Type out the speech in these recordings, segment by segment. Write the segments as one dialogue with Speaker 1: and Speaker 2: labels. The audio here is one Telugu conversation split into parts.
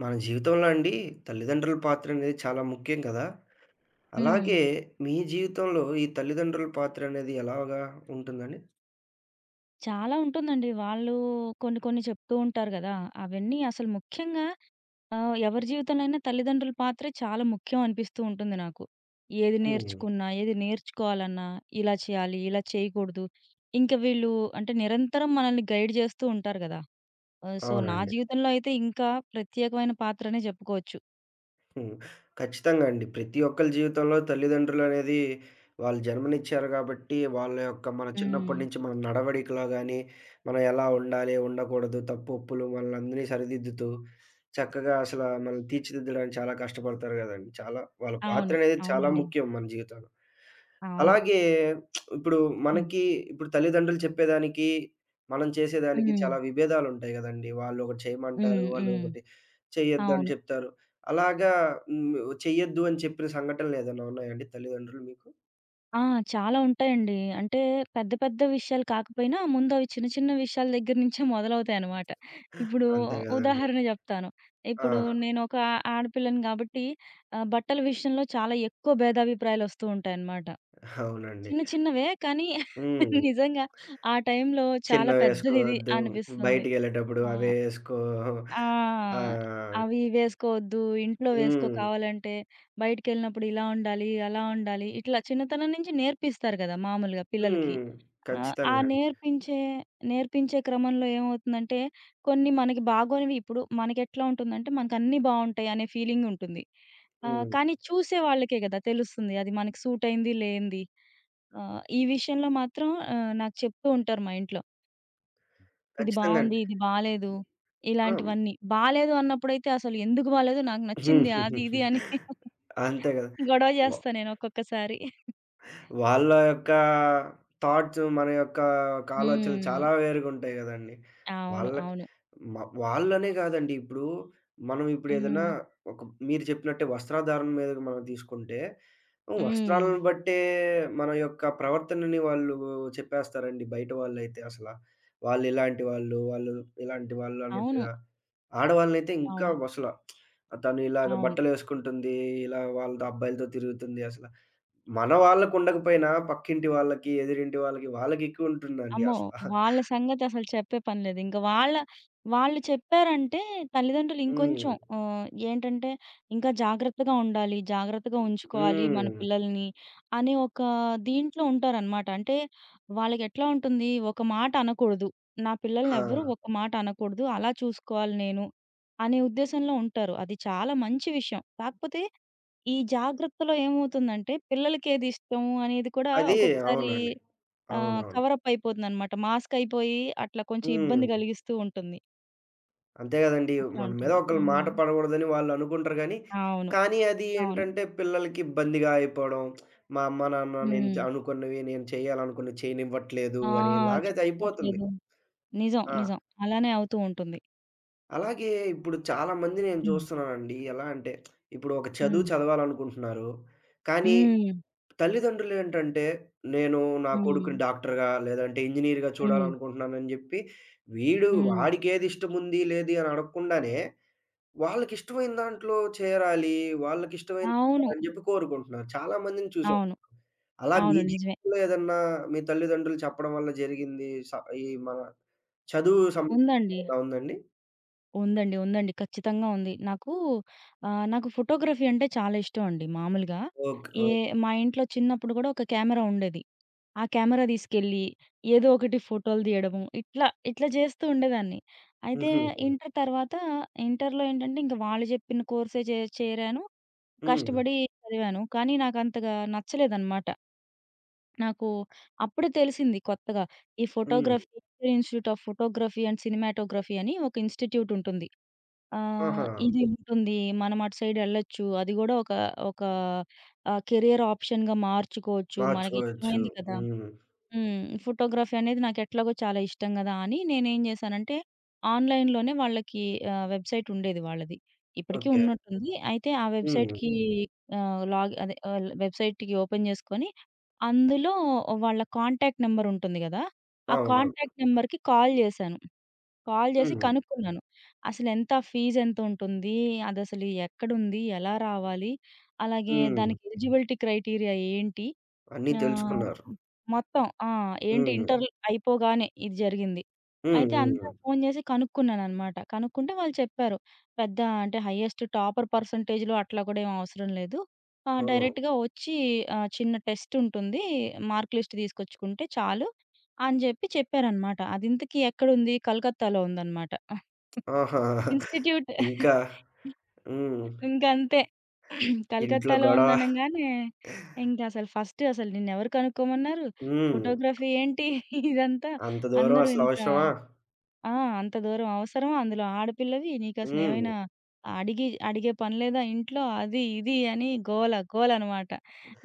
Speaker 1: మన జీవితంలో అండి తల్లిదండ్రుల పాత్ర అనేది చాలా ముఖ్యం కదా!
Speaker 2: హ్మ్.
Speaker 1: అలాగే మీ జీవితంలో ఈ తల్లిదండ్రుల పాత్ర అనేది ఎలాగా ఉంటుందండి?
Speaker 2: చాలా ఉంటుందండి. వాళ్ళు కొన్ని కొన్ని చెప్తూ ఉంటారు గదా! అవన్నీ అసలు ముఖ్యంగా ఎవరి జీవితంలోనైనా తల్లిదండ్రుల పాత్రే చాలా ముఖ్యం అనిపిస్తూ ఉంటుంది నాకు. ఏది
Speaker 1: హ్మ్.
Speaker 2: నేర్చుకున్నా, ఏది నేర్చుకోవాలన్నా, ఇలా చేయాలి, ఇలా చేయకూడదు. ఇంక వీళ్ళు అంటే నిరంతరం మనల్ని గైడ్ చేస్తూ ఉంటారు గదా! నా
Speaker 1: అవునండి.
Speaker 2: జీవితంలో అయితే ఇంకా ప్రత్యేకమైన పాత్రనే చెప్పుకోవచ్చు.
Speaker 1: హ్మ్. ఖచ్చితంగా అండి. ప్రతి ఒక్కళ్ళ జీవితంలో తల్లిదండ్రులనేది వాళ్ళు జన్మనిచ్చారు గాబట్టి, వాళ్ళ యొక్క మన
Speaker 2: హ్మ్.
Speaker 1: చిన్నప్పటి నుంచి మన నడవడికలో గానీ, మనం ఎలా ఉండాలి, ఉండకూడదు, తప్పు, ఒప్పులు మనల్నందరినీ సరిదిద్దుతూ, చక్కగా అసలా మనల్ని తీర్చిదిద్దడానికి చాలా కష్టపడతారు గదండీ. చాలా వాళ్ళ
Speaker 2: అవును.
Speaker 1: పాత్రనేది చాలా
Speaker 2: అవునండి.
Speaker 1: ముఖ్యం మన జీవితంలో.
Speaker 2: అవును.
Speaker 1: అలాగే ఇప్పుడు
Speaker 2: హ్మ్.
Speaker 1: మనకి ఇప్పుడు తల్లిదండ్రులు చెప్పేదానికి, మనం చేసేదానికి
Speaker 2: హ్మ్.
Speaker 1: చాలా విభేదాలుంటాయి గదండీ. వాళ్ళొకటి చేయమంటారు,
Speaker 2: హ్మ్. హ్మ్.
Speaker 1: వాళ్ళొకటి చెయ్యొద్దని
Speaker 2: అవును.
Speaker 1: చెప్తారు. అలాగా హ్మ్. చెయ్యొద్దు అని చెప్పిన సంఘటనలేదన్నా ఉన్నాయండి తల్లిదండ్రులు మీకు?
Speaker 2: ఆ! చాలా ఉంటాయండి. అంటే పెద్ద పెద్ద విషయాలు కాకపోయినా ముందవి చిన్న చిన్న విషయాల దగ్గర నుంచే మొదలవుతాయనమాట. ఇప్పుడు
Speaker 1: అంతే గదండీ.
Speaker 2: ఉదాహరణ జెప్తాను.
Speaker 1: ఆ!
Speaker 2: ఇప్పుడు నేనొక ఆడపిల్లని గాబట్టి బట్టల విషయంలో చాలా ఎక్కువ భేదాభిప్రాయాలొస్తూ ఉంటాయనమాట.
Speaker 1: అవునండి.
Speaker 2: చిన్న చిన్నవే కానీ
Speaker 1: హ్మ్.
Speaker 2: నిజంగా ఆ టైంలో చాలా పెద్దదిది
Speaker 1: చిన్నవేసుకోవద్దు,
Speaker 2: అనిపిస్తుంది.
Speaker 1: బయటికెళ్ళేటప్పుడు
Speaker 2: ఆ!
Speaker 1: అవే ఏసుకో.
Speaker 2: ఆ!
Speaker 1: ఆ!
Speaker 2: అవి వేసుకోవద్దు, ఇంట్లో వేసుకో
Speaker 1: హ్మ్.
Speaker 2: కావాలంటే, బయటికెళ్ళినప్పుడు ఇలా ఉండాలి, అలా ఉండాలి. ఇట్లా చిన్నతనం నుంచి నేర్పిస్తారు గదా! మామూలుగా పిల్లలకి.
Speaker 1: హ్మ్.
Speaker 2: ఆ! ఆహ్, ఆ
Speaker 1: ఖచ్చితంగా అండి.
Speaker 2: నేర్పించే నేర్పించే క్రమంలో ఏమవుతుందంటే, కొన్ని మనకి బాగోనివి ఇప్పుడు మనకెట్లా ఉంటుందంటే, మనకన్నీ బావుంటాయి అనే ఫీలింగ్ ఉంటుంది.
Speaker 1: హ్మ్.
Speaker 2: కానీ చూసే వాళ్ళకే గదా! తెలుస్తుంది. అది మనకి సూట్ అయింది, లేనిది. ఈ విషయంలో మాత్రం నాకు చెప్తూ ఉంటారు మా ఇంట్లో. ఇది
Speaker 1: ఖచ్చితంగా
Speaker 2: బావుంది.
Speaker 1: అండి.
Speaker 2: ఇది బాలేదు.
Speaker 1: ఆ!
Speaker 2: ఇలాంటివన్నీ. బాలేదు అన్నప్పుడైతే అసలు ఎందుకు బాలేదు? నాకు నచ్చింది. అది ఇది అని
Speaker 1: అంతే గదా!
Speaker 2: గొడవ
Speaker 1: వ
Speaker 2: చేస్తా నేను ఒక్కొక్కసారి.
Speaker 1: వాళ్ళ యొక్క థాట్స్, మన యొక్క ఒక ఆలోచనలు
Speaker 2: హ్మ్.
Speaker 1: చాలా వేరుగుంటాయి గదండీ.
Speaker 2: అవును.
Speaker 1: వాళ్ళకి
Speaker 2: అవును.
Speaker 1: మ వాళ్ళనే గాదండి. ఇప్పుడు మనం ఇప్పుడేదన్నా
Speaker 2: హ్మ్.
Speaker 1: ఒక మీరు చెప్పినట్టే వస్త్రాధారణ మీద మనం తీసుకుంటే, హ్మ్.
Speaker 2: హ్మ్.
Speaker 1: వస్త్రాలను బట్టే మన యొక్క ప్రవర్తనని వాళ్ళు చెప్పేస్తారండి బయట వాళ్ళైతే అసల. వాళ్ళు ఇలాంటి వాళ్ళు, వాళ్ళు ఇలాంటి వాళ్ళు
Speaker 2: అవును.
Speaker 1: అన్నట్టుగా. ఆడవాళ్ళనైతే ఇంకా
Speaker 2: అవును.
Speaker 1: అసల తను ఇలాగ
Speaker 2: అవును.
Speaker 1: బట్టలేసుకుంటుంది. ఇలా వాళ్ళతో అబ్బాయిలతో తిరుగుతుంది అసల. మన వాళ్ళకుండకపోయినా పక్కింటి వాళ్ళకి, ఎదురింటి వాళ్ళకి, వాళ్ళకెక్కువుంటుందండి
Speaker 2: అమ్మో!
Speaker 1: అసల.
Speaker 2: వాళ్ళ సంగతసలు చెప్పే పని లేదు. ఇంక వాళ్ళ వాళ్ళు చెప్పారంటే తల్లిదండ్రులు
Speaker 1: హ్మ్.
Speaker 2: ఇంకొంచెం ఏంటంటే ఇంకా జాగ్రత్తగా ఉండాలి, జాగ్రత్తగా ఉంచుకోవాలి మన
Speaker 1: హ్మ్.
Speaker 2: పిల్లల్ని అనే ఒక దీంట్లో ఉంటారనమాట. అంటే వాళ్ళకెట్లా ఉంటుంది ఒక మాట అనకూడదు. నా
Speaker 1: ఆ!
Speaker 2: పిల్లల్నెవ్వరు ఒక మాట అనకూడదు. అలా చూసుకోవాలి నేను అనే ఉద్దేశంలో ఉంటారు. అది చాలా మంచి విషయం. కాకపోతే ఈ జాగ్రత్తలో ఏమవుతుందంటే పిల్లలకేది ఇష్టం అనేది కూడా
Speaker 1: అది
Speaker 2: ఒక్కొక్కసారి
Speaker 1: అవునండి. అవునవును.
Speaker 2: కవరప్ అయిపోతుందనమాట. మాస్క్ అయిపోయి అట్లా కొంచెం
Speaker 1: హ్మ్.
Speaker 2: ఇబ్బంది కలిగిస్తూ ఉంటుంది.
Speaker 1: అంతే గదండీ.
Speaker 2: అట్లా
Speaker 1: మన మీద
Speaker 2: ఉంటుంది.
Speaker 1: ఒకళ్ళ మాట
Speaker 2: హ్మ్.
Speaker 1: పడగూడదని వాళ్ళనుకుంటారు గానీ,
Speaker 2: అవును.
Speaker 1: కానీ అది
Speaker 2: అవును.
Speaker 1: ఏంటంటే పిల్లలకి ఇబ్బందిగా అయిపోవడం, మా అమ్మ, నాన్న నేను
Speaker 2: హ్మ్.
Speaker 1: అనుకున్నవి, నేను చేయాలనుకున్నవి చేయనివ్వట్లేదు
Speaker 2: ఆ!
Speaker 1: అని ఇలాగ అయిపోతుంది.
Speaker 2: చదవట్లేదు. నిజం.
Speaker 1: ఆ!
Speaker 2: నిజం. అలానే అవుతూ ఉంటుంది.
Speaker 1: అలాగే ఇప్పుడు చాలా మంది నేను
Speaker 2: హ్మ్.
Speaker 1: చూస్తున్నానండి. ఎలా అంటే, ఇప్పుడు ఒక చదువు
Speaker 2: హ్మ్.
Speaker 1: చదవాలనుకుంటున్నారు. కానీ
Speaker 2: హ్మ్.
Speaker 1: తల్లిదండ్రులేంటంటే, నేను నా
Speaker 2: హ్మ్.
Speaker 1: కొడుకుని డాక్టర్‌గా, లేదంటే ఇంజినీర్‌గా
Speaker 2: హ్మ్.
Speaker 1: చూడాలనుకుంటున్నానని జెప్పి, వీడు
Speaker 2: హ్మ్.
Speaker 1: వాడికేదిష్టముంది, లేది అని అడగకుండానే, వాళ్ళకిష్టమైన దాంట్లో చేరాలి, వాళ్ళకిష్టమైన
Speaker 2: అవును.
Speaker 1: అని జెప్పి కోరుకుంటున్నారు. చాలా మందిని చూసాను.
Speaker 2: అవును.
Speaker 1: అలా మీ
Speaker 2: అవును. నిజమే.
Speaker 1: జీవితంలో ఏదన్నా మీ తల్లిదండ్రులు చెప్పడం వల్ల జరిగింది, స ఈ మన చదువు సంబంధించింది
Speaker 2: ఉందండి.
Speaker 1: ఏదన్నా ఉందండి?
Speaker 2: ఉందండి. ఉందండి. ఖచ్చితంగా ఉంది. నాకు నాకు ఫోటోగ్రఫీ అంటే చాలా ఇష్టం అండి మామూలుగా.
Speaker 1: ఓకే.
Speaker 2: ఏ
Speaker 1: ఓకే.
Speaker 2: మా ఇంట్లో చిన్నప్పుడు గూడా ఒక కెమెరా ఉండేది. ఆ కెమెరా తీసుకెళ్ళి ఏదో ఒకటి ఫోటోలు తీయడము. ఇట్లా, ఇట్లా చేస్తూ ఉండేదాన్ని. అయితే
Speaker 1: హుహు.
Speaker 2: ఇంటర్ తర్వాత ఇంటర్‌లో ఏంటంటే ఇంక వాళ్ళు చెప్పిన కోర్సే చేరాను.
Speaker 1: హ్మ్.
Speaker 2: కష్టపడి చదివాను. కానీ నాకంతగా నచ్చలేదనమాట. నాకు అప్పుడే తెలిసింది కొత్తగా ఈ
Speaker 1: హ్మ్.
Speaker 2: Photography institute of photography and cinematography అని ఒక ఇన్‌స్టిట్యూట్ ఉంటుంది.
Speaker 1: ఆహా!
Speaker 2: ఇది ఉంటుంది. మనం అటు సైడ్ ఎళ్ళొచ్చు. అది గూడా ఒక ఒక కెరియర్ ఆప్షన్‌గా మార్చుకోవచ్చు.
Speaker 1: మార్చుకోవచ్చు.
Speaker 2: మనకిష్టమైంది కదా!
Speaker 1: హ్మ్.
Speaker 2: హ్మ్. ఫోటోగ్రఫీ అనేది నాకెట్లాగో చాలా ఇష్టం గదా! అని నేనేం జేశానంటే, ఆన్‌లైన్‌లోనే వాళ్ళకి వెబ్‌సైట్ ఉండేది వాళ్ళది. ఇప్పటికి
Speaker 1: ఓకే.
Speaker 2: ఉన్నట్టుంది. అయితే ఆ
Speaker 1: హ్మ్.
Speaker 2: వెబ్‌సైట్‌కి ఆహ్, లాగ్ అదే ఆహ్, వెబ్‌సైట్‌కి ఓపెన్ జేసుకొని, అందులో వాళ్ళ కాంటాక్ట్ నెంబర్ ఉంటుంది గదా! ఆ
Speaker 1: అవునవును.
Speaker 2: కాంటాక్ట్ నెంబర్‌కి కాల్ జేశాను. కాల్ జేసి
Speaker 1: హ్మ్.
Speaker 2: కనుక్కున్నాను. అసలెంత ఫీజెంతుంటుంది? అదసలు ఎక్కడుంది? ఎలా రావాలి? అలాగే
Speaker 1: హ్మ్.
Speaker 2: దానికి ఎలిజిబిలిటీ క్రైటీరియా ఏంటి?
Speaker 1: అన్నీ
Speaker 2: ఆ!
Speaker 1: తెలుసుకున్నారు.
Speaker 2: మొత్తం. ఆ! ఏంటి
Speaker 1: హ్మ్.
Speaker 2: ఇంటర్ అయిపోగానే ఇది జరిగింది.
Speaker 1: హ్మ్.
Speaker 2: అయితే అంతా
Speaker 1: హ్మ్.
Speaker 2: ఫోను చేసి కనుక్కున్నాననమాట. కనుక్కుంటే వాళ్ళు చెప్పారు. పెద్ద అంటే హైయెస్ట్ టాపర్ పర్సెంటేజ్‌లో అట్లా కూడా ఏం అవసరం లేదు.
Speaker 1: ఓహ్!
Speaker 2: డైరెక్ట్‌గా వచ్చి చిన్న టెస్ట్ ఉంటుంది. మార్క్ లిస్ట్ తీసుకొచ్చుకుంటే చాలు అని చెప్పారనమాట. అది ఇంతకీ ఎక్కడుంది? కలకత్తాలో ఉందనమాట.
Speaker 1: ఆహా!
Speaker 2: ఇన్‌స్టిట్యూట్
Speaker 1: ఇంకా హ్మ్.
Speaker 2: ఇంకంతే.
Speaker 1: ఇంట్లో
Speaker 2: కలకత్తాలో
Speaker 1: గొడవ.
Speaker 2: ఉందనంగానే ఇంకసలు ఫస్ట్ అసలు నిన్నెవరు కనుక్కోమన్నారు?
Speaker 1: హ్మ్.
Speaker 2: ఫోటోగ్రఫీ ఏంటి? ఇదంతా
Speaker 1: అంత దూరం
Speaker 2: అందరూ
Speaker 1: అసలు
Speaker 2: ఇంత
Speaker 1: అవసరమా?
Speaker 2: ఆ! అంత దూరం అవసరమా? అందులో ఆడపిల్లవి
Speaker 1: హ్మ్.
Speaker 2: నీకసలేమైనా అడిగే పని లేదా ఇంట్లో? అది, ఇది అని గోల గోలనమాట.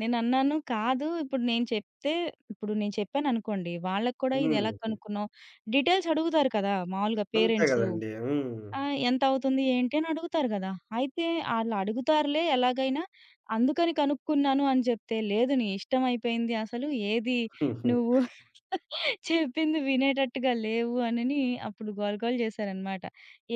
Speaker 2: నేనన్నాను, "కాదు ఇప్పుడు నేను చెప్తే ఇప్పుడు నేను చెప్పాననుకోండి, వాళ్ళకి కూడా ఇది
Speaker 1: హ్మ్.
Speaker 2: ఎలా కనుక్కున్నావు?" డీటెయిల్స్ అడుగుతారు కదా! మామూలుగా
Speaker 1: అంతే
Speaker 2: పేరెంట్సు.
Speaker 1: గదండీ. హ్మ్.
Speaker 2: ఆ! ఎంతవుతుంది ఏంటి అని అడుగుతారు గదా! అయితే ఆళ్ళడుగుతారులే ఎలాగైనా, అందుకని కనుక్కున్నాను అని జెప్తే, లేదు నీ ఇష్టం అయిపోయింది అసలు ఏది
Speaker 1: హుహు.
Speaker 2: నువ్వు చెప్పింది వినేటట్టుగా లేవు అనని అప్పుడు గోల గోల జేశారనమాట.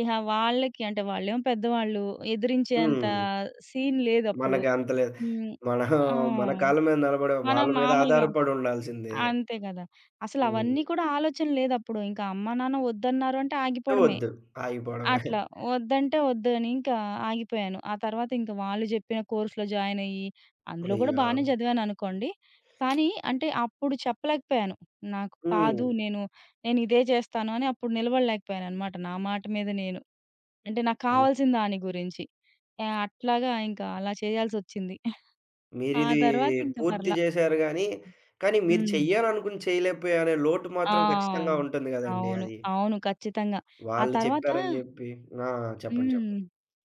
Speaker 2: ఇహ వాళ్ళకి అంటే వాళ్ళేమో పెద్దవాళ్ళు ఎదిరించేంత
Speaker 1: హ్మ్.
Speaker 2: సీన్ లేదప్పుడు.
Speaker 1: మనకి అంత లేదు.
Speaker 2: హ్మ్.
Speaker 1: మనం
Speaker 2: ఆ!
Speaker 1: మన కాళ్ళ మీద నిలబడే
Speaker 2: మనం
Speaker 1: వాళ్ళ మీద
Speaker 2: మామూలుగా
Speaker 1: ఆధారపడి ఉండాల్సిందే.
Speaker 2: అంతే గదా!
Speaker 1: హ్మ్.
Speaker 2: అసలవన్నీ కూడా ఆలోచన లేదప్పుడు. ఇంకా అమ్మ, నాన్న వద్దన్నారు అంటే ఆగిపోవడమే.
Speaker 1: వద్దు ఆగిపోవడమే.
Speaker 2: అట్లా. వద్దంటే వద్దని ఇంకా ఆగిపోయాను. ఆ తర్వాత ఇంక వాళ్ళు జెప్పిన కోర్స్‌లో జాయినయ్యి, అందులో గూడా
Speaker 1: అయ్యో!
Speaker 2: బానే చదివాననుకోండి. కానీ అంటే అప్పుడు చెప్పలేకపోయాను. నాకు
Speaker 1: హ్మ్.
Speaker 2: కాదు నేను, నేనిదే చేస్తాను అని అప్పుడు నిలబడలేకపోయాననమాట. నా మాట మీద నేను. అంటే నాకు కావాల్సిన దాని గురించి. అట్లాగా ఇంకా అలా చేయాల్సొచ్చింది. ఆ
Speaker 1: మీరిది
Speaker 2: తర్వాత ఇంక
Speaker 1: పూర్తి
Speaker 2: పర్లా.
Speaker 1: జేశారు గానీ, కానీ మీరు
Speaker 2: హ్మ్.
Speaker 1: చెయ్యాలనుకుని చేయలేకపోయారనే లోటు మాత్రం ఖచ్చితంగా
Speaker 2: ఆ!
Speaker 1: ఉంటుంది గదండీ
Speaker 2: అవును.
Speaker 1: అది.
Speaker 2: అవును. ఖచ్చితంగా. ఆ
Speaker 1: వాళ్ళు
Speaker 2: తర్వాత
Speaker 1: చెప్పారని జెప్పి. ఆ! చెప్పండి.
Speaker 2: హ్మ్.
Speaker 1: చెప్పండి.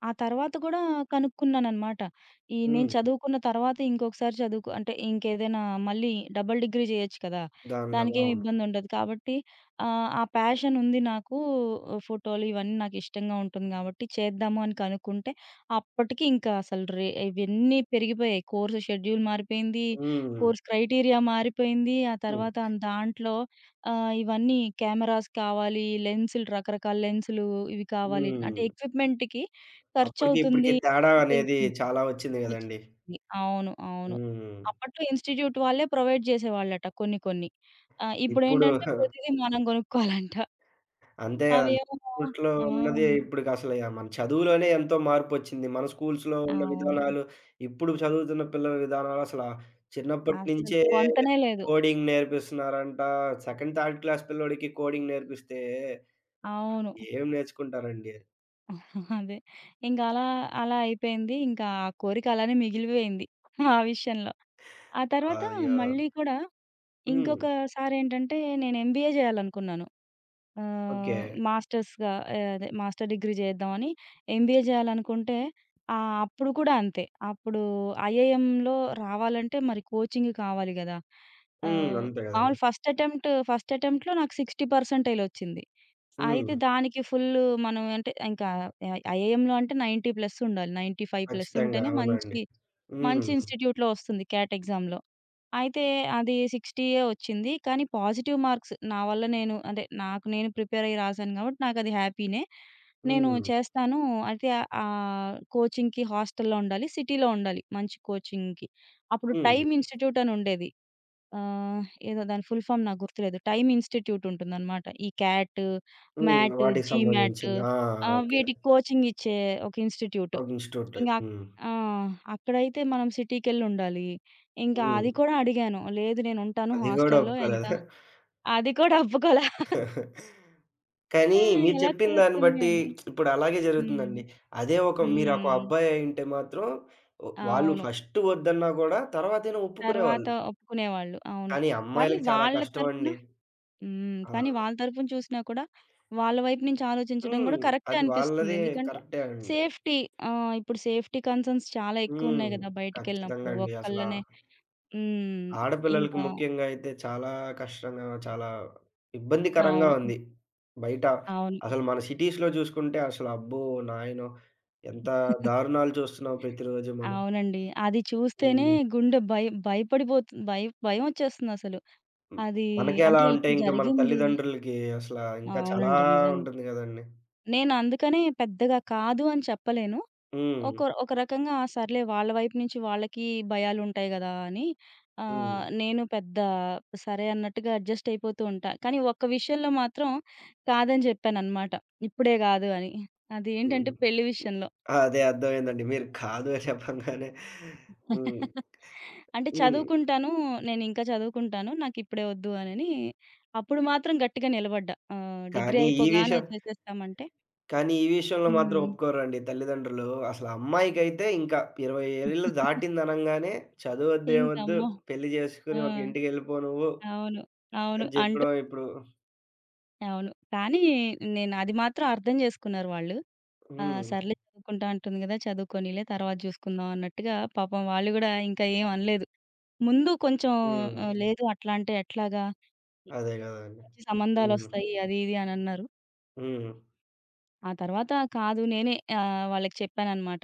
Speaker 2: ఆ తర్వాత గూడా కనుక్కున్నాననమాట. ఈ నేను
Speaker 1: హ్మ్.
Speaker 2: చదువుకున్న తర్వాత ఇంకొకసారి చదువుకో అంటే ఇంకేదైనా మళ్ళీ డబుల్ డిగ్రీ జేయొచ్చు కదా!
Speaker 1: దానిలాగా అవును.
Speaker 2: దానికేమి ఇబ్బందుండదు. కాబట్టి ఆ ప్యాషన్ ఉంది నాకు. ఫోటోలు ఇవన్నీ నాకిష్టంగా ఉంటుంది గాబట్టి చేద్దాము అని కనుక్కుంటే, అప్పటికి ఇంకా అసలు రే ఇవన్నీ పెరిగిపోయాయి. కోర్స్ షెడ్యూల్ మారిపోయింది.
Speaker 1: హ్మ్.
Speaker 2: కోర్స్ క్రైటీరియా మారిపోయింది. ఆ
Speaker 1: హ్మ్.
Speaker 2: తర్వాత దాంట్లో ఇవన్నీ కెమెరాస్ కావాలి, లెన్సులు రకరకాల లెన్సులు ఇవి కావాలి. అంటే
Speaker 1: హ్మ్.
Speaker 2: ఎక్విప్‌మెంట్‌కి
Speaker 1: అప్పటికి, ఇప్పటికి
Speaker 2: ఖర్చవుతుంది
Speaker 1: తేడా
Speaker 2: అని
Speaker 1: అనేది
Speaker 2: తెలిసింది.
Speaker 1: చాలా వచ్చింది గదండీ.
Speaker 2: వచ్చింది. అవును. అవును.
Speaker 1: హ్మ్.
Speaker 2: అప్పట్లో ఇన్‌స్టిట్యూట్ వాళ్ళే ప్రొవైడ్ చేసేవాళ్ళట కొన్ని కొన్ని.
Speaker 1: ఇప్పుడు
Speaker 2: ఇప్పుడేంటంటే ప్రతిదీ మనం కొనుక్కోవాలంట.
Speaker 1: అంతే గదండీ.
Speaker 2: అవేమో
Speaker 1: ఇప్పట్లో ఉన్నది
Speaker 2: ఆ!
Speaker 1: ఇప్పటికసలు మన చదువులోనే ఎంతో మార్పొచ్చింది. మన స్కూల్స్‌లో ఉన్న
Speaker 2: అవును.
Speaker 1: విధానాలు, ఇప్పుడు చదువుతున్న పిల్లల విధానాలు అసల చిన్నప్పటి
Speaker 2: అస్సలు
Speaker 1: నుంచే
Speaker 2: పొంతనే లేదు.
Speaker 1: కోడింగ్ నేర్పిస్తున్నారంట. సెకండ్, థర్డ్ క్లాస్ పిల్లోడికి కోడింగ్ నేర్పిస్తే
Speaker 2: అవును.
Speaker 1: ఏం నేర్చుకుంటారండి?
Speaker 2: అదే. ఇంకా అలా, అలా అయిపోయింది. ఇంకా ఆ కోరిక అలానే మిగిలిపోయింది ఆ విషయంలో. ఆ తర్వాత
Speaker 1: అయ్యో!
Speaker 2: మళ్ళీ కూడా
Speaker 1: హ్మ్.
Speaker 2: ఇంకొకసారేంటంటే నేను ఎంబీఏ జేయాలనుకున్నాను.
Speaker 1: ఓకే.
Speaker 2: ఆహ్, మాస్టర్స్‌గా ఆహ్, అదే మాస్టర్ డిగ్రీ జేద్దామని ఎంబీఏ జేయాలనుకుంటే అప్పుడు కూడా అంతే. అప్పుడు ఐఐఎంలో రావాలంటే మరి కోచింగ్ కావాలి గదా!
Speaker 1: హ్మ్.
Speaker 2: ఆహ్,
Speaker 1: అంతే
Speaker 2: మామూలు
Speaker 1: గదండీ.
Speaker 2: ఫస్ట్ అటెంప్ట్‌లో నాకు 60% ఒచ్చింది. అయితే
Speaker 1: హ్మ్.
Speaker 2: దానికి ఫుల్లు మనం అంటే ఇంకా ఐఐఎంలో అంటే 90 ప్లస్ ఉండాలి. 95 ప్లస్
Speaker 1: ఖచ్చితంగా.
Speaker 2: ఉంటేనే
Speaker 1: అవునండి.
Speaker 2: మంచి
Speaker 1: హ్మ్.
Speaker 2: మంచి ఇన్‌స్టిట్యూట్‌లో వస్తుంది క్యాట్ ఎగ్జామ్‌లో. అయితే అది 60 వచ్చింది. కానీ పాజిటివ్ మార్క్స్ నా వల్ల నేను అంటే నాకు నేను ప్రిపేర్ అయ్యి రాసాను కాబట్టి నాకది హ్యాపీనే. నేను
Speaker 1: హ్మ్.
Speaker 2: చేస్తాను. అయితే కోచింగ్‌కి హాస్టల్‌లో ఉండాలి. సిటీలో ఉండాలి మంచి కోచింగ్‌కి. అప్పుడు
Speaker 1: హ్మ్.
Speaker 2: టైమ్ ఇన్‌స్టిట్యూట్ అని ఉండేది. ఆహ్, ఏదో దాని ఫుల్ ఫార్మ్ నాకు గుర్తులేదు. టైమ్ ఇన్‌స్టిట్యూట్ ఉంటుందన్నమాట. ఈ క్యాట్,
Speaker 1: హ్మ్.
Speaker 2: మ్యాట్,
Speaker 1: వాటికి
Speaker 2: జీ మ్యాట్
Speaker 1: సంబంధించింది. ఆ! ఓకే.
Speaker 2: వీటికి కోచింగ్ ఇచ్చే ఒక ఇన్‌స్టిట్యూట్.
Speaker 1: ఒక ఇన్‌స్టిట్యూట్
Speaker 2: ఇంక
Speaker 1: టైప్.
Speaker 2: అక్
Speaker 1: హ్మ్.
Speaker 2: ఆ! అక్కడైతే మనం సిటీకెళ్ళుండాలి. ఇంకా
Speaker 1: హ్మ్.
Speaker 2: అది కూడా అడిగాను. లేదు నేనుంటాను
Speaker 1: అది గూడా
Speaker 2: హాస్టల్‌లో ఎంత
Speaker 1: ఒప్పుకోలేదా?
Speaker 2: అది కూడా ఒప్పుకోలే.
Speaker 1: కానీ మీరు
Speaker 2: ఎలా
Speaker 1: చెప్పిన దాన్ని
Speaker 2: కుదురుతుంది
Speaker 1: బట్టి
Speaker 2: అని.
Speaker 1: ఇప్పుడు అలాగే
Speaker 2: హ్మ్.
Speaker 1: జరుగుతుందండి. అదే ఒక మీరొక
Speaker 2: హ్మ్.
Speaker 1: అబ్బాయి అయ్యుంటే మాత్రం ఒ వాళ్ళు
Speaker 2: అవును.
Speaker 1: ఫస్ట్ వద్దన్నా గూడా తర్వాతైనా
Speaker 2: తర్వాత
Speaker 1: ఒప్పుకునేవాళ్ళు.
Speaker 2: ఒప్పుకునేవాళ్ళు. అవును.
Speaker 1: కానీ
Speaker 2: కానీ
Speaker 1: అమ్మాయిలకి చాలా
Speaker 2: వాళ్ళ తరపున
Speaker 1: కష్టమండి.
Speaker 2: హ్మ్.
Speaker 1: ఆ!
Speaker 2: కానీ వాళ్ళ తరపున చూసినా కూడా వాళ్ళ వైపు నుంచి ఆలోచించడం కూడా
Speaker 1: హ్మ్.
Speaker 2: కరెక్టే
Speaker 1: అది
Speaker 2: అనిపిస్తుంది.
Speaker 1: వాళ్ళది
Speaker 2: ఎందుకంటే
Speaker 1: కరెక్టే అండి.
Speaker 2: సేఫ్టీ ఇప్పుడు సేఫ్టీ కన్సర్న్స్ చాలా
Speaker 1: హ్మ్.
Speaker 2: ఎక్కువున్నాయి గదా!
Speaker 1: ఖచ్చితంగా
Speaker 2: బయటికెళ్ళినప్పుడు.
Speaker 1: అండి అసలా
Speaker 2: ఒక్కళ్ళనే హ్మ్.
Speaker 1: ఆడపిల్లలకి
Speaker 2: ఇంకా
Speaker 1: ముఖ్యంగా అయితే చాలా కష్టంగా, చాలా ఇబ్బందికరంగా
Speaker 2: అవును.
Speaker 1: ఉంది. బయట
Speaker 2: అవును.
Speaker 1: అసలు మన సిటీస్‌లో చూసుకుంటే అసలు అబ్బో! నాయనో! ఎంత దారుణాలు చూస్తున్నాం ప్రతిరోజు మనం.
Speaker 2: అవునండి. అది చూస్తేనే
Speaker 1: హ్మ్.
Speaker 2: గుండె భయపడిపోతు భయమొచ్చేస్తుందసలు.
Speaker 1: హ్మ్.
Speaker 2: అది
Speaker 1: మనకే అలా
Speaker 2: అంటే
Speaker 1: ఉంటే
Speaker 2: ఇట్లా
Speaker 1: ఇంక మన
Speaker 2: జరిగింది.
Speaker 1: తల్లిదండ్రులకి అసలా ఇంకా చాలా
Speaker 2: అవునండి. నిజంగా.
Speaker 1: ఉంటుంది గదండీ!
Speaker 2: నేనందుకనే పెద్దగా కాదు అని చెప్పలేను. ఒక
Speaker 1: హ్మ్.
Speaker 2: ఒక రకంగా "ఆ, సర్లే వాళ్ళ వైపు నుంచి వాళ్ళకి భయాలుంటాయి గదా! అని
Speaker 1: హ్మ్.
Speaker 2: ఆహ్, నేను పెద్ద సరే అన్నట్టుగా అడ్జస్ట్ అయిపోతూ ఉంటా. కానీ ఒక్క విషయంలో మాత్రం కాదని జెప్పాననమాట. ఇప్పుడే గాదు అని. అదేంటంటే
Speaker 1: హ్మ్.
Speaker 2: పెళ్లి విషయంలో.
Speaker 1: అదే అర్థమైందండి. మీరు కాదు అని చెప్పంగానే హ్మ్.
Speaker 2: అంటే
Speaker 1: హ్మ్.
Speaker 2: చదువుకుంటాను. నేనింకా చదువుకుంటాను. నాకిప్పుడే వద్దు అనని, అప్పుడు మాత్రం గట్టిగా నిలబడ్డా. డిగ్రీ
Speaker 1: కానీ ఈ
Speaker 2: అయిపోగానే
Speaker 1: విషయం
Speaker 2: చేసేస్తామంటే
Speaker 1: కానీ ఈ విషయంలో మాత్రం
Speaker 2: హ్మ్.
Speaker 1: ఒప్పుకోరండి తల్లిదండ్రులు. అసలు అమ్మాయికైతే ఇంకా 20 ఏళ్ళు దాటిందనంగానే
Speaker 2: ఇంక
Speaker 1: చదువొద్దేమొద్దు,
Speaker 2: అమ్మో!
Speaker 1: పెళ్లి
Speaker 2: ఆ!
Speaker 1: చేసుకొని ఒక ఇంటికెళ్ళిపో నువ్వు
Speaker 2: అవును. అవును.
Speaker 1: అని
Speaker 2: అంటూ
Speaker 1: చెప్పడం ఇప్పుడు
Speaker 2: అవును. కానీ నేను అది మాత్రం అర్థం చేసుకున్నారు వాళ్ళు. ఆ!
Speaker 1: హ్మ్.
Speaker 2: సర్లే చదువుకుంటా అంటుంది గదా! చదువుకోనీలే తర్వాత చూసుకుందాం అన్నట్టుగా పాపం వాళ్ళు గూడా ఇంకా ఏం అనలేదు. ముందు కొంచెం
Speaker 1: హ్మ్.
Speaker 2: లేదు అట్లా అంటే ఎట్లాగా?
Speaker 1: అదే గదండీ.
Speaker 2: మంచి
Speaker 1: హ్మ్.
Speaker 2: సంబంధాలొస్తాయి అది ఇది అనన్నారు.
Speaker 1: హ్మ్.
Speaker 2: ఆ తర్వాత కాదు నేనే వాళ్ళకి చెప్పాననమాట.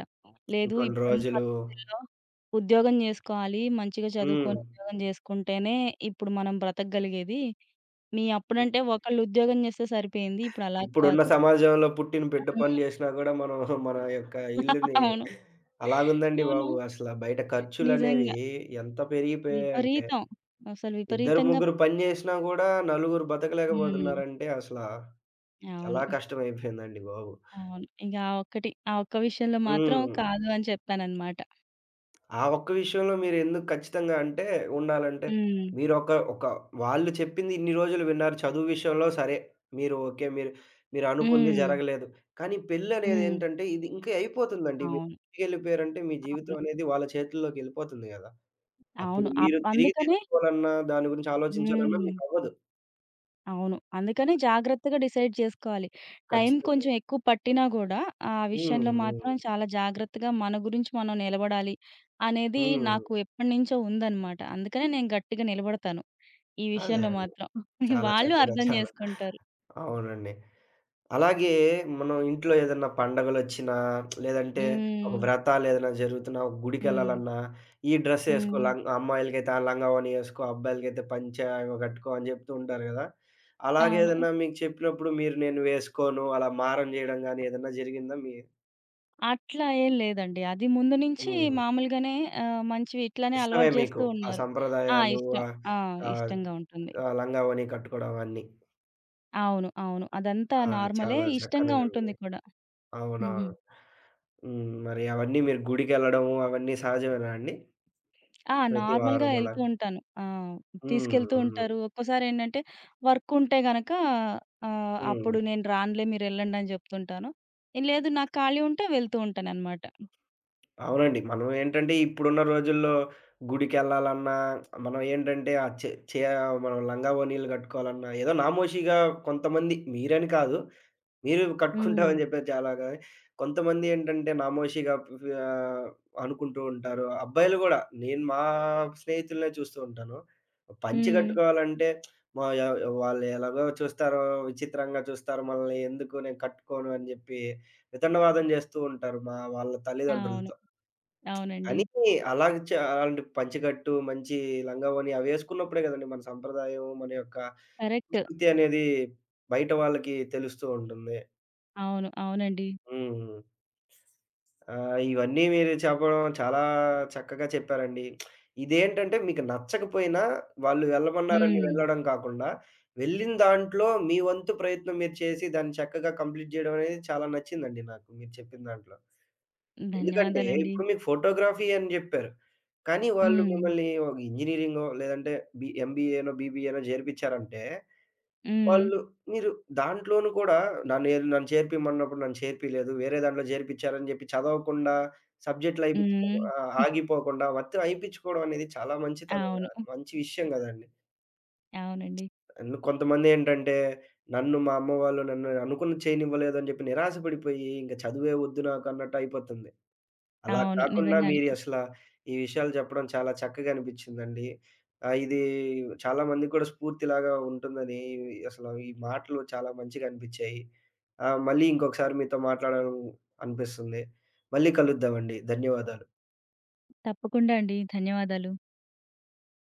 Speaker 2: లేదు
Speaker 1: ఇంకొన్ని
Speaker 2: ఇప్పుడున్న
Speaker 1: రోజులు
Speaker 2: పరిస్థితుల్లో ఉద్యోగం జేసుకోవాలి. మంచిగా
Speaker 1: హ్మ్.
Speaker 2: చదువుకొని ఉద్యోగం జేసుకుంటేనే ఇప్పుడు మనం బ్రతకగలిగేది. మీ
Speaker 1: ఇప్
Speaker 2: అప్పుడంటే ఒకళ్ళు ఉద్యోగం జేస్తే సరిపోయింది. ఇప్పుడు అలా
Speaker 1: ఇప్పుడున్న
Speaker 2: కాదు.
Speaker 1: సమాజంలో పుట్టిన బిడ్డ
Speaker 2: హ్మ్.
Speaker 1: పని జేసినా గూడా మనం మన యొక్క ఇల్లుని
Speaker 2: అవును.
Speaker 1: అలాగుందండి
Speaker 2: అవును.
Speaker 1: బాబు. అసల బయట ఖర్చులనేవి
Speaker 2: నిజంగా.
Speaker 1: ఎంత పెరిగిపోయాయంటే
Speaker 2: విపరీతం. అసలు
Speaker 1: ఇద్దరు,
Speaker 2: విపరీతంగా
Speaker 1: ముగ్గురు పని జేసినా గూడా నలుగురు
Speaker 2: హ్మ్.
Speaker 1: బతకలేకపోతున్నారంటే అసలా చాలా
Speaker 2: అవును.
Speaker 1: కష్టమైపోయిందండి బాబు.
Speaker 2: అవును. ఇక ఆ ఒక్క విషయంలో మాత్రం
Speaker 1: హ్మ్.
Speaker 2: కాదు అని చెప్పాననమాట.
Speaker 1: ఆ ఒక్క విషయంలో మీరెందుకు ఖచ్చితంగా అంటే ఉండాలంటే,
Speaker 2: హ్మ్.
Speaker 1: మీరొక ఒక వాళ్ళు చెప్పింది ఇన్ని రోజులు విన్నారు. చదువు విషయంలో సరే, మీరు ఓకే. మీరు మీరనుకుంది
Speaker 2: హ్మ్.
Speaker 1: జరగలేదు. కానీ
Speaker 2: హ్మ్.
Speaker 1: పెళ్లనేదేంటంటే ఇది ఇంకే అయిపోతుందండి. మీరు
Speaker 2: అవును.
Speaker 1: ఇంటికెళ్ళిపోయారంటే మీ జీవితం
Speaker 2: అవును.
Speaker 1: అనేది వాళ్ళ చేతుల్లోకెళ్ళిపోతుంది గదా! అప్పుడు
Speaker 2: అవును.
Speaker 1: మీరు తిరిగి
Speaker 2: అందుకనే
Speaker 1: తెచ్చుకోవాలన్నా, దాని గురించి ఆలోచించాలన్నా
Speaker 2: హ్మ్.
Speaker 1: మీకవ్వదు.
Speaker 2: అవును. అందుకనే జాగ్రత్తగా డిసైడ్ చేసుకోవాలి. టైం
Speaker 1: ఖచ్చితంగా.
Speaker 2: కొంచెం ఎక్కువ పట్టినా గూడా, ఆ
Speaker 1: హ్మ్.
Speaker 2: విషయంలో
Speaker 1: హ్మ్.
Speaker 2: మాత్రం చాలా జాగ్రత్తగా మన గురించి మనం నిలబడాలి అనేది
Speaker 1: హ్మ్.
Speaker 2: నాకు ఎప్పటినుంచో ఉందనమాట. అందుకనే నేను గట్టిగా నిలబడతాను. ఈ
Speaker 1: అదే
Speaker 2: విషయంలో
Speaker 1: అండి.
Speaker 2: మాత్రం.
Speaker 1: చాలా
Speaker 2: వాళ్ళు
Speaker 1: చక్కగా
Speaker 2: అర్థం
Speaker 1: చాలా
Speaker 2: జేసుకుంటారు.
Speaker 1: అవునండి. అలాగే మనం ఇంట్లో ఏదన్నా పండగలొచ్చినా, లేదంటే ఒక
Speaker 2: హ్మ్.
Speaker 1: వ్రతాలేదైనా జరుగుతున్నా, ఒక
Speaker 2: హ్మ్.
Speaker 1: గుడికెళ్ళాలన్నా, ఈ డ్రెస్సేసుకో
Speaker 2: హ్మ్.
Speaker 1: లంగ్ అమ్మాయిలకైతే ఆ లంగావోని ఏసుకో, అబ్బాయిలకైతే పంచ ఏవో కట్టుకో అని జెప్తూ ఉంటారు గదా!
Speaker 2: అవును.
Speaker 1: అలాగేదన్నా మీకు చెప్పినప్పుడు మీరు నేను వేసుకోను, అలా మారం జేయడం గానీ ఏదన్నా జరిగిందా మీ
Speaker 2: అట్లా ఏం లేదండి. అది ముందు నుంచి
Speaker 1: హ్మ్.
Speaker 2: మామూలుగానే మంచివి ఇట్లానే
Speaker 1: ఇష్టమే
Speaker 2: అలవాటు జేస్తూ
Speaker 1: మీకు. ఆ
Speaker 2: ఉన్నారు. ఆ!
Speaker 1: సంప్రదాయాలు
Speaker 2: ఇష్టం. ఆ!
Speaker 1: ఆహ్,
Speaker 2: ఇష్టంగా ఉంటుంది.
Speaker 1: ఆ లంగావోని కట్టుకోవడం అన్నీ.
Speaker 2: అవును. అవును. అదంతా
Speaker 1: ఆ!
Speaker 2: నార్మలే.
Speaker 1: చాలా
Speaker 2: ఇష్టంగా
Speaker 1: చక్కనిదండి.
Speaker 2: ఉంటుంది కూడా. హుహు.
Speaker 1: అవునవును. హ్మ్. మరి అవన్నీ మీరు గుడికెళ్ళడము అవన్నీ సహజమేనా అండి?
Speaker 2: ఆ!
Speaker 1: ప్రతి
Speaker 2: నార్మల్‌గా
Speaker 1: వారం అలా?
Speaker 2: ఎళ్తూ ఉంటాను. ఆ!
Speaker 1: హ్మ్.
Speaker 2: తీసుకెళ్తూ
Speaker 1: హ్మ్.
Speaker 2: ఉంటారు. ఒక్కోసారేంటంటే వర్క్ ఉంటే గనక
Speaker 1: హ్మ్.
Speaker 2: అప్పుడు నేను రానులే మీరెళ్ళండి అని జెప్తుంటాను. లేదు నాకు ఖాళీ ఉంటే వెళ్తూ ఉంటాననమాట.
Speaker 1: అవునండి. మనం ఏంటంటే ఇప్పుడున్న రోజుల్లో గుడికెళ్ళాలన్నా మనం ఏంటంటే ఆ చే చే మనం లంగా ఓణీలు కట్టుకోవాలన్నా ఏదో నామోషీగా కొంతమంది మీరని కాదు మీరు
Speaker 2: హ్మ్.
Speaker 1: కట్టుకుంటామని చెప్పారు చాలాగా. కొంతమంది ఏంటంటే నామోషీగా ఆహ్, అనుకుంటూ ఉంటారు. అబ్బాయిలు గూడా నేను మా స్నేహితులనే చూస్తూ ఉంటాను. పంచె
Speaker 2: హ్మ్.
Speaker 1: కట్టుకోవాలంటే మా య వాళ్ళు ఎలాగో చూస్తారో, విచిత్రంగా చూస్తారు మనల్ని ఎందుకు నేను కట్టుకోను అని జెప్పి వితండవాదం జేస్తూ ఉంటారు మా వాళ్ళ
Speaker 2: అవును.
Speaker 1: తల్లిదండ్రులతో.
Speaker 2: అవునండి.
Speaker 1: కానీ అలాగ చ అలాంటి పంచె కట్టు, మంచి లంగావోని అవేసుకున్నప్పుడే గదండీ మన సంప్రదాయం, మన యొక్క
Speaker 2: కరెక్ట్.
Speaker 1: సంస్కృతి అనేది బయట వాళ్ళకి తెలుస్తూ ఉంటుంది.
Speaker 2: అవును. అవునండి.
Speaker 1: హ్మ్. ఆ! ఇవన్నీ మీరు చెప్పడం చాలా చక్కగా చెప్పారండి. ఇదేంటంటే మీకు నచ్చకపోయినా వాళ్ళు వెళ్ళమన్నారని
Speaker 2: హ్మ్.
Speaker 1: వెళ్ళడం కాకుండా, వెళ్ళిన దాంట్లో మీ వంతు ప్రయత్నం మీరు చేసి దాన్ని చక్కగా కంప్లీట్ చేయడం అనేది చాలా నచ్చిందండి నాకు మీరు చెప్పిన దాంట్లో. ఎందుకంటే
Speaker 2: ధన్యవాదాలండి.
Speaker 1: ఇప్పుడు మీకు ఫోటోగ్రఫీ అని జెప్పారు. కానీ వాళ్ళు
Speaker 2: హ్మ్.
Speaker 1: మిమ్మల్ని ఒక ఇంజినీరింగో లేదంటే ఎంబీఏనో, బీబీఏనో చేర్పిచ్చారంటే
Speaker 2: హ్మ్.
Speaker 1: వాళ్ళు మీరు దాంట్లోనూ కూడా నన్ను చేర్పిమన్నప్పుడు నన్ను చేర్పియలేదు. వేరే దాంట్లో చేర్పిచ్చారని జెప్పి చదవకుండా, సబ్జెక్ట్‌లు అయిపిచ్చుకో
Speaker 2: హ్మ్.
Speaker 1: ఆగిపోకుండా మొత్తం అయిపిచ్చుకోవడం అనేది చాలా మంచితనం
Speaker 2: అవును.
Speaker 1: గాదు. మంచి విషయం గదండీ.
Speaker 2: అవునండి.
Speaker 1: అండ్ కొంతమందేంటంటే, మా అమ్మ వాళ్ళు నన్ను అనుకున్నది చేయనివ్వలేదు అని జెప్పి నిరాశ పడిపోయి, ఇంక చదువే వద్దు నాకు అన్నట్టు అయిపోతుంది. అలా
Speaker 2: అవును.
Speaker 1: కాకుండా
Speaker 2: నిజంగానే.
Speaker 1: మీరు అసల ఈ విషయాలు చెప్పడం చాలా చక్కగా అనిపించిందండి. ఇది చాలా మందికి కూడా స్ఫూర్తిలాగా ఉంటుందని అసలు ఈ మాటలు చాలా మంచిగా అనిపించాయి. మళ్ళీ ఇంకొకసారి మీతో మాట్లాడాలని అనిపిస్తుంది. మళ్ళీ కలుద్దామండి. ధన్యవాదాలు.
Speaker 2: తప్పకుండా అండి. ధన్యవాదాలు.